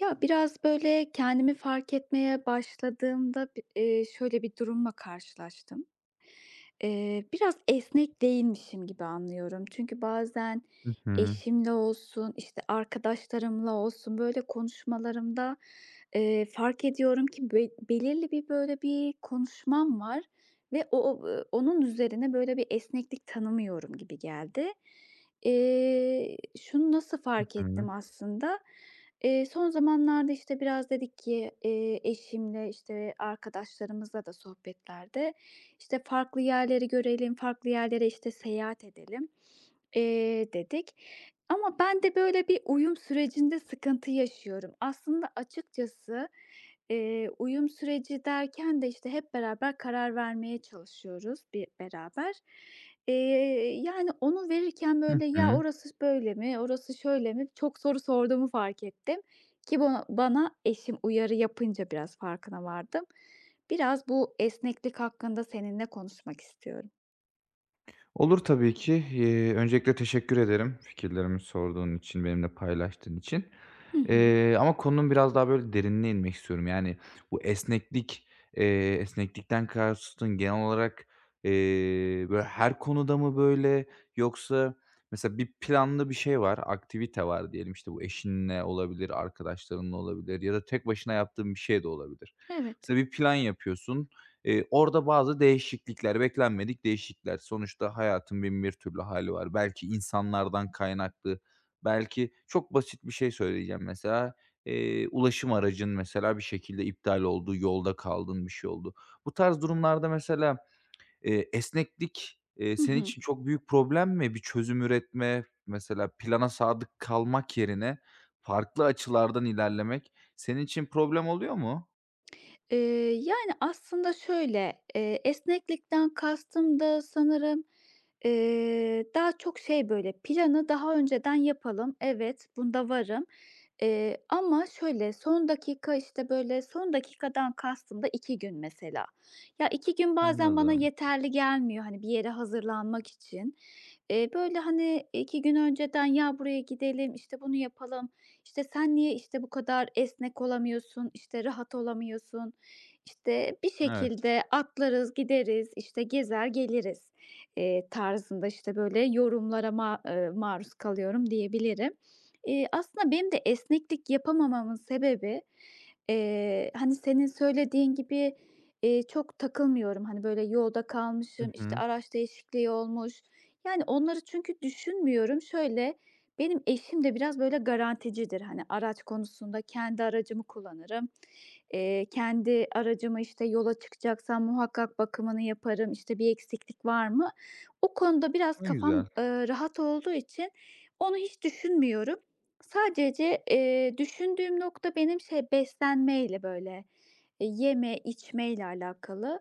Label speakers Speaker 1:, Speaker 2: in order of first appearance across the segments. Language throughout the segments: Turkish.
Speaker 1: Ya, biraz, böyle, kendimi fark etmeye başladığımda bi şöyle bir durumla karşılaştım. Biraz esnek değilmişim gibi anlıyorum. Çünkü bazen
Speaker 2: Hı hı.
Speaker 1: eşimle olsun, işte, arkadaşlarımla olsun, böyle, konuşmalarımda, fark ediyorum ki belirli bir, böyle, bir konuşmam var ve o o onun üzerine, böyle, bir esneklik tanımıyorum gibi geldi. Şunu nasıl
Speaker 2: Hı
Speaker 1: fark
Speaker 2: hı.
Speaker 1: ettim aslında? Son zamanlarda, işte, biraz dedik ki, eşimle, işte, arkadaşlarımızla da sohbetlerde, işte, farklı yerleri görelim, farklı yerlere, işte, seyahat edelim, dedik. Ama ben de böyle bir uyum sürecinde sıkıntı yaşıyorum. Aslında açıkçası. Uyum süreci derken de, işte, hep beraber karar vermeye çalışıyoruz bir beraber. Eee, Yani, onu verirken,
Speaker 2: Hı
Speaker 1: böyle, "Ya,
Speaker 2: hı.
Speaker 1: orası böyle mi, orası şöyle mi?" çok soru sorduğumu fark ettim ki bana eşim uyarı yapınca biraz farkına vardım. Biraz bu esneklik hakkında seninle konuşmak istiyorum.
Speaker 2: Olur tabii ki. Öncelikle teşekkür ederim fikirlerimi sorduğun için, benimle paylaştığın için.
Speaker 1: Hı hı.
Speaker 2: Ama konunun biraz daha böyle derinine inmek istiyorum. Yani bu esneklik, esneklikten kastın genel olarak, eee, böyle her konuda mı böyle yoksa mesela bir planlı bir şey var, aktivite var diyelim, işte, bu eşinle olabilir, arkadaşlarınla olabilir ya da tek başına yaptığın bir şey de olabilir.
Speaker 1: Evet.
Speaker 2: Mesela bir plan yapıyorsun. Orada bazı değişiklikler, beklenmedik değişiklikler. Sonuçta hayatın binbir türlü hali var. Belki insanlardan kaynaklı, belki çok basit bir şey söyleyeceğim mesela. Ulaşım aracın mesela bir şekilde iptal oldu, yolda kaldın, bir şey oldu. Bu tarz durumlarda mesela, esneklik,
Speaker 1: Hı
Speaker 2: senin
Speaker 1: hı.
Speaker 2: için çok büyük problem mi? Bir çözüm üretme, mesela plana sadık kalmak yerine farklı açılardan ilerlemek senin için problem oluyor mu?
Speaker 1: Eee, Yani, aslında şöyle, esneklikten kastım da sanırım, daha çok şey, böyle, planı daha önceden yapalım. Evet, bunda varım, ama şöyle, son dakika, işte, böyle, son dakikadan kastım da 2 gün mesela. Ya, 2 gün bazen bana
Speaker 2: Anladım.
Speaker 1: yeterli gelmiyor, hani, bir yere hazırlanmak için. Böyle, hani, 2 gün önceden "Ya, buraya gidelim, işte, bunu yapalım, İşte sen niye, işte, bu kadar esnek olamıyorsun, işte, rahat olamıyorsun? İşte, bir
Speaker 2: Evet.
Speaker 1: şekilde atlarız, gideriz, işte, gezer geliriz, tarzında", işte, böyle yorumlara ma maruz kalıyorum diyebilirim. Aslında benim de esneklik yapamamamın sebebi, hani, senin söylediğin gibi, çok takılmıyorum. Hani, böyle yolda
Speaker 2: Hı
Speaker 1: kalmışım, işte,
Speaker 2: hı.
Speaker 1: araç değişikliği olmuş. Yani, onları çünkü düşünmüyorum. Şöyle, benim eşim de biraz böyle garanticidir. Hani, araç konusunda kendi aracımı kullanırım. Kendi aracımı, işte, yola çıkacaksam muhakkak bakımını yaparım, işte, bir eksiklik var mı? O konuda biraz
Speaker 2: Ne
Speaker 1: kafam,
Speaker 2: güzel.
Speaker 1: rahat olduğu için onu hiç düşünmüyorum. Sadece, düşündüğüm nokta benim şey, beslenmeyle, böyle, yeme, içmeyle alakalı.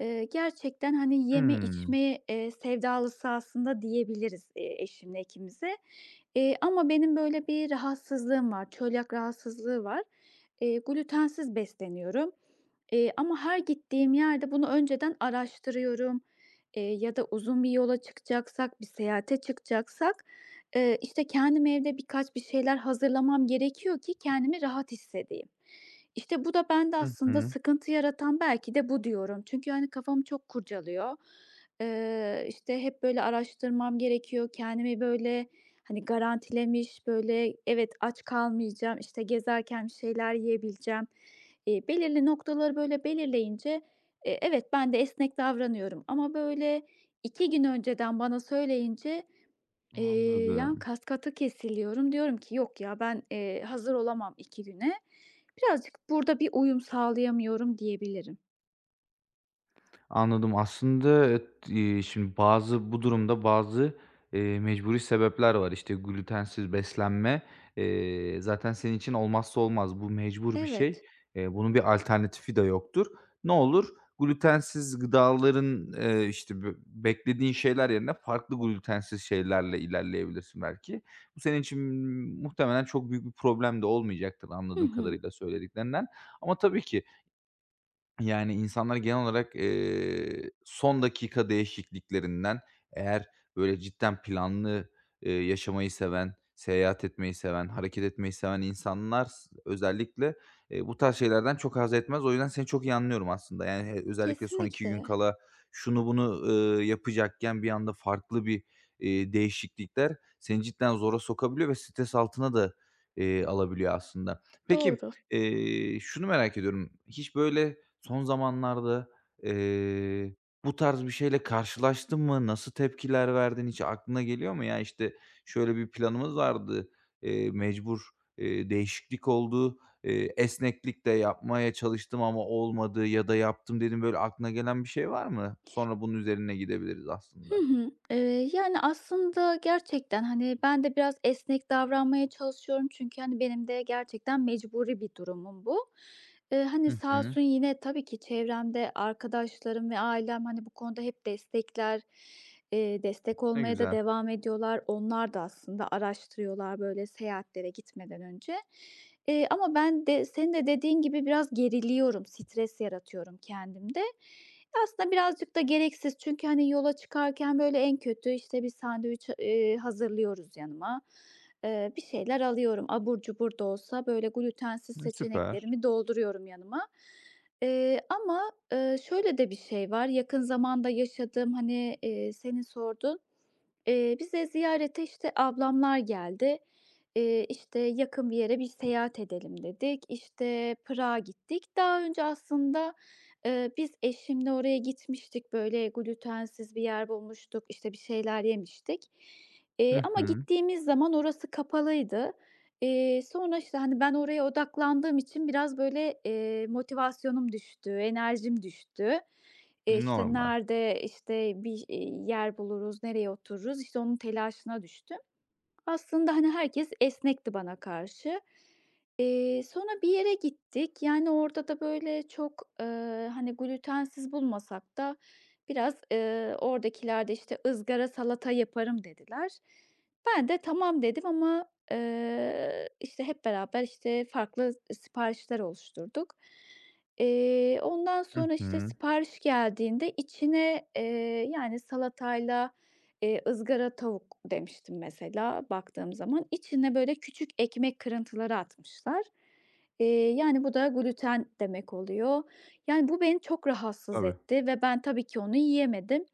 Speaker 1: Gerçekten, hani, yeme
Speaker 2: Hımm.
Speaker 1: içme, sevdalısı aslında diyebiliriz, eşimle ikimize de. Ama benim böyle bir rahatsızlığım var, çölyak rahatsızlığı var. Glütensiz besleniyorum, ama her gittiğim yerde bunu önceden araştırıyorum, ya da uzun bir yola çıkacaksak, bir seyahate çıkacaksak, işte, kendim evde birkaç bir şeyler hazırlamam gerekiyor ki kendimi rahat hissedeyim. İşte, bu da bende
Speaker 2: Hı
Speaker 1: aslında
Speaker 2: hı.
Speaker 1: sıkıntı yaratan belki de bu diyorum. Çünkü, hani, kafamı çok kurcalıyor. İşte, hep böyle araştırmam gerekiyor. Kendimi böyle, hani, garantilemiş, böyle, evet, aç kalmayacağım, işte, gezerken bir şeyler yiyebileceğim, belirli noktaları böyle belirleyince, evet, ben de esnek davranıyorum ama böyle 2 gün önceden bana söyleyince. Yani,
Speaker 2: Anladım.
Speaker 1: kesiliyorum. Diyorum ki yok ya ben, hazır olamam iki güne. Birazcık burada bir uyum sağlayamıyorum diyebilirim.
Speaker 2: Anladım. Aslında, şimdi bazı bu durumda bazı, mecburi sebepler var. İşte, glütensiz beslenme, zaten senin için olmazsa olmaz. Bu mecbur bir şey.
Speaker 1: Evet.
Speaker 2: Bunun bir alternatifi de yoktur. Ne olur? Glütensiz gıdaların, işte, beklediğin şeyler yerine farklı glütensiz şeylerle ilerleyebilirsin belki. Bu senin için muhtemelen çok büyük bir problem de olmayacaktır
Speaker 1: Hı
Speaker 2: anladığım
Speaker 1: hı.
Speaker 2: kadarıyla söylediklerinden. Ama tabii ki yani, insanlar genel olarak, son dakika değişikliklerinden eğer böyle cidden planlı, yaşamayı seven, seyahat etmeyi seven, hareket etmeyi seven insanlar özellikle, bu tarz şeylerden çok haz etmez. O yüzden seni çok iyi anlıyorum aslında. Yani, özellikle son 2 gün
Speaker 1: Kesinlikle.
Speaker 2: kala şunu bunu, yapacakken bir anda farklı bir, değişiklikler seni cidden zora sokabiliyor ve stres altına da, alabiliyor aslında. Peki,
Speaker 1: Doğru.
Speaker 2: şunu merak ediyorum. Hiç böyle, son zamanlarda, eee, bu tarz bir şeyle karşılaştın mı? Nasıl tepkiler verdin? Hiç aklına geliyor mu? "Ya, işte, şöyle bir planımız vardı, mecbur, değişiklik oldu, esneklik de yapmaya çalıştım ama olmadı ya da yaptım." dedim böyle aklına gelen bir şey var mı? Sonra bunun üzerine gidebiliriz
Speaker 1: Hı
Speaker 2: aslında.
Speaker 1: hı. Yani, aslında gerçekten, hani, ben de biraz esnek davranmaya çalışıyorum çünkü, hani, benim de gerçekten mecburi bir durumum bu. Hani,
Speaker 2: Hı
Speaker 1: sağ
Speaker 2: hı.
Speaker 1: olsun yine tabii ki çevremde arkadaşlarım ve ailem, hani, bu konuda hep destekler, destek
Speaker 2: Ne
Speaker 1: olmaya da
Speaker 2: güzel.
Speaker 1: devam ediyorlar. Onlar da aslında araştırıyorlar, böyle, seyahatlere gitmeden önce. Ama ben de senin de dediğin gibi biraz geriliyorum, stres yaratıyorum kendimde. Aslında birazcık da gereksiz çünkü, hani, yola çıkarken, böyle, en kötü, işte, bir sandviç, hazırlıyoruz yanıma. Bir şeyler alıyorum. Abur cubur da olsa, böyle, glütensiz
Speaker 2: Hı, süper.
Speaker 1: seçeneklerimi dolduruyorum yanıma. Ama, şöyle de bir şey var, yakın zamanda yaşadığım, hani, senin sorduğun. Bize ziyarete, işte, ablamlar geldi. İşte, yakın bir yere bir seyahat edelim dedik. İşte, Prag'a gittik. Daha önce aslında, biz eşimle oraya gitmiştik. Böyle glütensiz bir yer bulmuştuk, İşte bir şeyler yemiştik.
Speaker 2: Hı
Speaker 1: Ama
Speaker 2: hı.
Speaker 1: gittiğimiz zaman orası kapalıydı. Sonra, işte, hani, ben oraya odaklandığım için biraz böyle, motivasyonum düştü, enerjim düştü. İşte,
Speaker 2: Normal.
Speaker 1: nerede, işte, bir, yer buluruz, nereye otururuz, işte, onun telaşına düştü. Aslında, hani, herkes esnekti bana karşı. Sonra bir yere gittik. Yani, orada da, böyle, çok, hani, glutensiz bulmasak da biraz, oradakiler de, işte, ızgara salata yaparım" dediler. Ben de "Tamam" dedim ama, işte, hep beraber, işte, farklı siparişler oluşturduk. Ondan
Speaker 2: Hı
Speaker 1: sonra, işte,
Speaker 2: hı.
Speaker 1: sipariş geldiğinde içine, yani, salatayla. Izgara tavuk demiştim mesela baktığım zaman. İçine böyle küçük ekmek kırıntıları atmışlar. Yani bu da gluten demek oluyor. Yani bu beni çok rahatsız
Speaker 2: Tabii.
Speaker 1: etti ve ben tabii ki onu yiyemedim.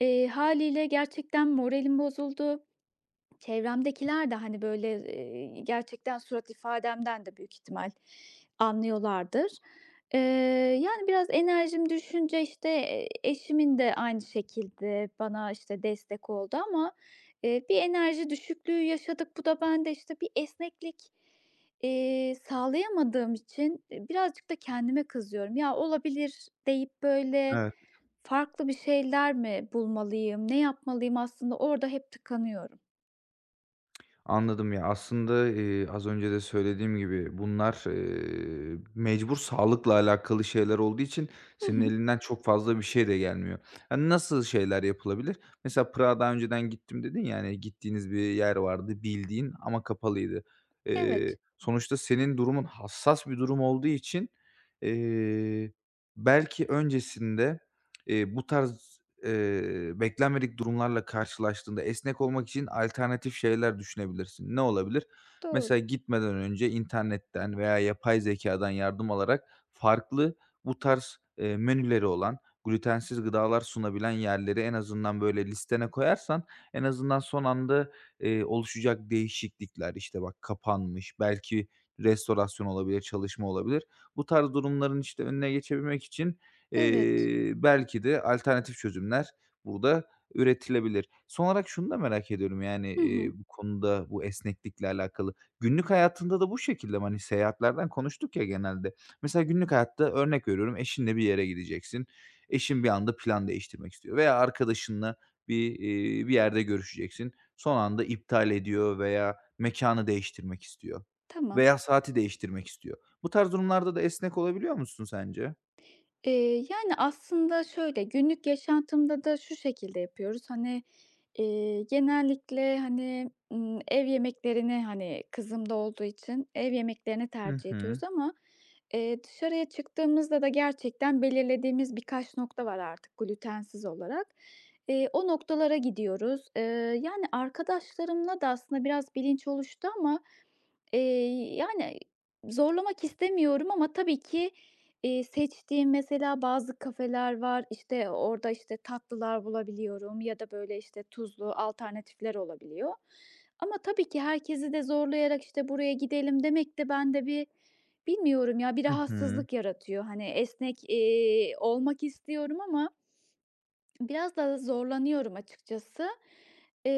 Speaker 1: Hâliyle gerçekten moralim bozuldu. Çevremdekiler de, hani, böyle, gerçekten surat ifademden de büyük ihtimal anlıyorlardır. Eee, Yani, biraz enerjim düşünce, işte, eşimin de aynı şekilde bana, işte, destek oldu ama, bir enerji düşüklüğü yaşadık. Bu da bende, işte, bir esneklik, sağlayamadığım için, birazcık da kendime kızıyorum. "Ya, olabilir" deyip, böyle,
Speaker 2: Evet.
Speaker 1: farklı bir şeyler mi bulmalıyım, ne yapmalıyım? Aslında orada hep tıkanıyorum.
Speaker 2: Anladım ya. Aslında, az önce de söylediğim gibi bunlar, mecbur sağlıkla alakalı şeyler olduğu için
Speaker 1: Hı
Speaker 2: senin
Speaker 1: hı.
Speaker 2: elinden çok fazla bir şey de gelmiyor. Hani, nasıl şeyler yapılabilir? Mesela Prag'a daha önceden gittim dedin ya, hani, gittiğiniz bir yer vardı bildiğin ama kapalıydı.
Speaker 1: Evet,
Speaker 2: Sonuçta senin durumun hassas bir durum olduğu için, eee, belki öncesinde, bu tarz beklenmedik durumlarla karşılaştığında esnek olmak için alternatif şeyler düşünebilirsin. Ne olabilir?
Speaker 1: doğru.
Speaker 2: Mesela gitmeden önce internetten veya yapay zekâdan yardım alarak farklı bu tarz, menüleri olan, glütensiz gıdalar sunabilen yerleri en azından böyle listene koyarsan en azından son anda, oluşacak değişiklikler, işte, bak kapanmış, belki restorasyon olabilir, çalışma olabilir. Bu tarz durumların, işte, önüne geçebilmek için
Speaker 1: Evet.
Speaker 2: Belki de alternatif çözümler burada üretilebilir. Son olarak şunu da merak ediyorum, yani,
Speaker 1: Hı hı,
Speaker 2: bu konuda, bu esneklikle alakalı. Günlük hayatında da bu şekilde mi? Hani, seyahatlerden konuştuk ya genelde. Mesela günlük hayatta örnek veriyorum, eşinle bir yere gideceksin. Eşin bir anda plan değiştirmek istiyor veya arkadaşınla bir, bir yerde görüşeceksin. Son anda iptal ediyor veya mekânı değiştirmek istiyor
Speaker 1: tamam.
Speaker 2: veya saati değiştirmek istiyor. Bu tarz durumlarda da esnek olabiliyor musun sence?
Speaker 1: Yani, aslında şöyle, günlük yaşantımda da şu şekilde yapıyoruz, hani, genellikle, hani, ev yemeklerini, hani, kızım da olduğu için ev yemeklerini
Speaker 2: Hı
Speaker 1: tercih
Speaker 2: hı.
Speaker 1: ediyoruz ama, dışarıya çıktığımızda da gerçekten belirlediğimiz birkaç nokta var artık glütensiz olarak. O noktalara gidiyoruz. Yani, arkadaşlarımla da aslında biraz bilinç oluştu ama. Yani, zorlamak istemiyorum ama tabii ki, seçtiğim mesela bazı kafeler var, işte, orada, işte, tatlılar bulabiliyorum ya da, böyle, işte, tuzlu alternatifler olabiliyor. Ama tabii ki herkesi de zorlayarak, işte, buraya gidelim demek de bende bir, bilmiyorum ya, bir
Speaker 2: Hı hı.
Speaker 1: rahatsızlık yaratıyor. Hani, esnek, olmak istiyorum ama biraz daha zorlanıyorum açıkçası. Eee,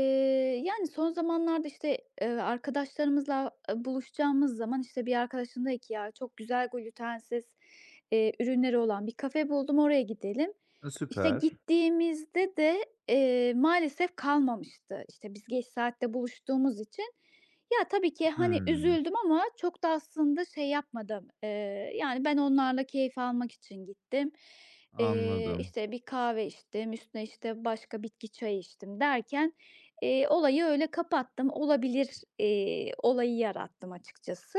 Speaker 1: Yani, son zamanlarda, işte, arkadaşlarımızla, buluşacağımız zaman, işte, bir arkadaşım dedi ki, "Ya, çok güzel glutensiz, ürünleri olan bir kafe buldum, oraya gidelim."
Speaker 2: E,
Speaker 1: İşte,
Speaker 2: süper.
Speaker 1: gittiğimizde de, maalesef kalmamıştı. İşte, biz geç saatte buluştuğumuz için ya, tabii ki, hani,
Speaker 2: Hımm.
Speaker 1: üzüldüm ama çok da aslında şey yapmadım. Yani, ben onlarla keyif almak için gittim.
Speaker 2: Anladım.
Speaker 1: İşte, bir kahve içtim, üstüne, işte, başka bitki çayı içtim derken, olayı öyle kapattım. Olabilir, olayı yarattım açıkçası.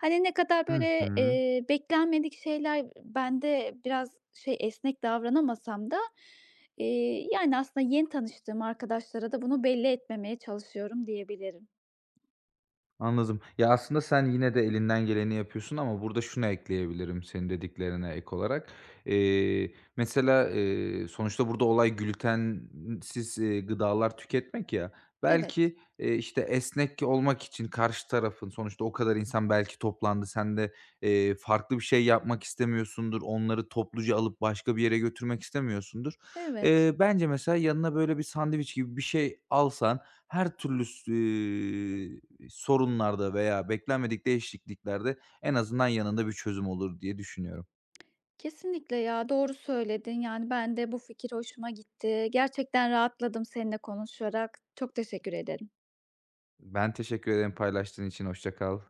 Speaker 1: Hani, ne kadar
Speaker 2: Hı
Speaker 1: böyle,
Speaker 2: hı.
Speaker 1: beklenmedik şeyler bende biraz şey, esnek davranamasam da, yani, aslında yeni tanıştığım arkadaşlara da bunu belli etmemeye çalışıyorum diyebilirim.
Speaker 2: Anladım. Ya, aslında sen yine de elinden geleni yapıyorsun ama burada şunu ekleyebilirim senin dediklerine ek olarak. Mesela, sonuçta burada olay glütensiz, gıdalar tüketmek ya.
Speaker 1: Evet,
Speaker 2: Belki, işte, esnek olmak için karşı tarafın sonuçta o kadar insan belki toplandı. Sen de, farklı bir şey yapmak istemiyorsundur. Onları topluca alıp başka bir yere götürmek istemiyorsundur.
Speaker 1: evet.
Speaker 2: Bence mesela yanına böyle bir sandviç gibi bir şey alsan her türlü sorunlarda veya beklenmedik değişikliklerde en azından yanında bir çözüm olur diye düşünüyorum.
Speaker 1: Kesinlikle ya, doğru söyledin. Yani, ben de bu fikir hoşuma gitti. Gerçekten rahatladım seninle konuşarak. Çok teşekkür ederim.
Speaker 2: Ben teşekkür ederim paylaştığın için. Hoşça kal.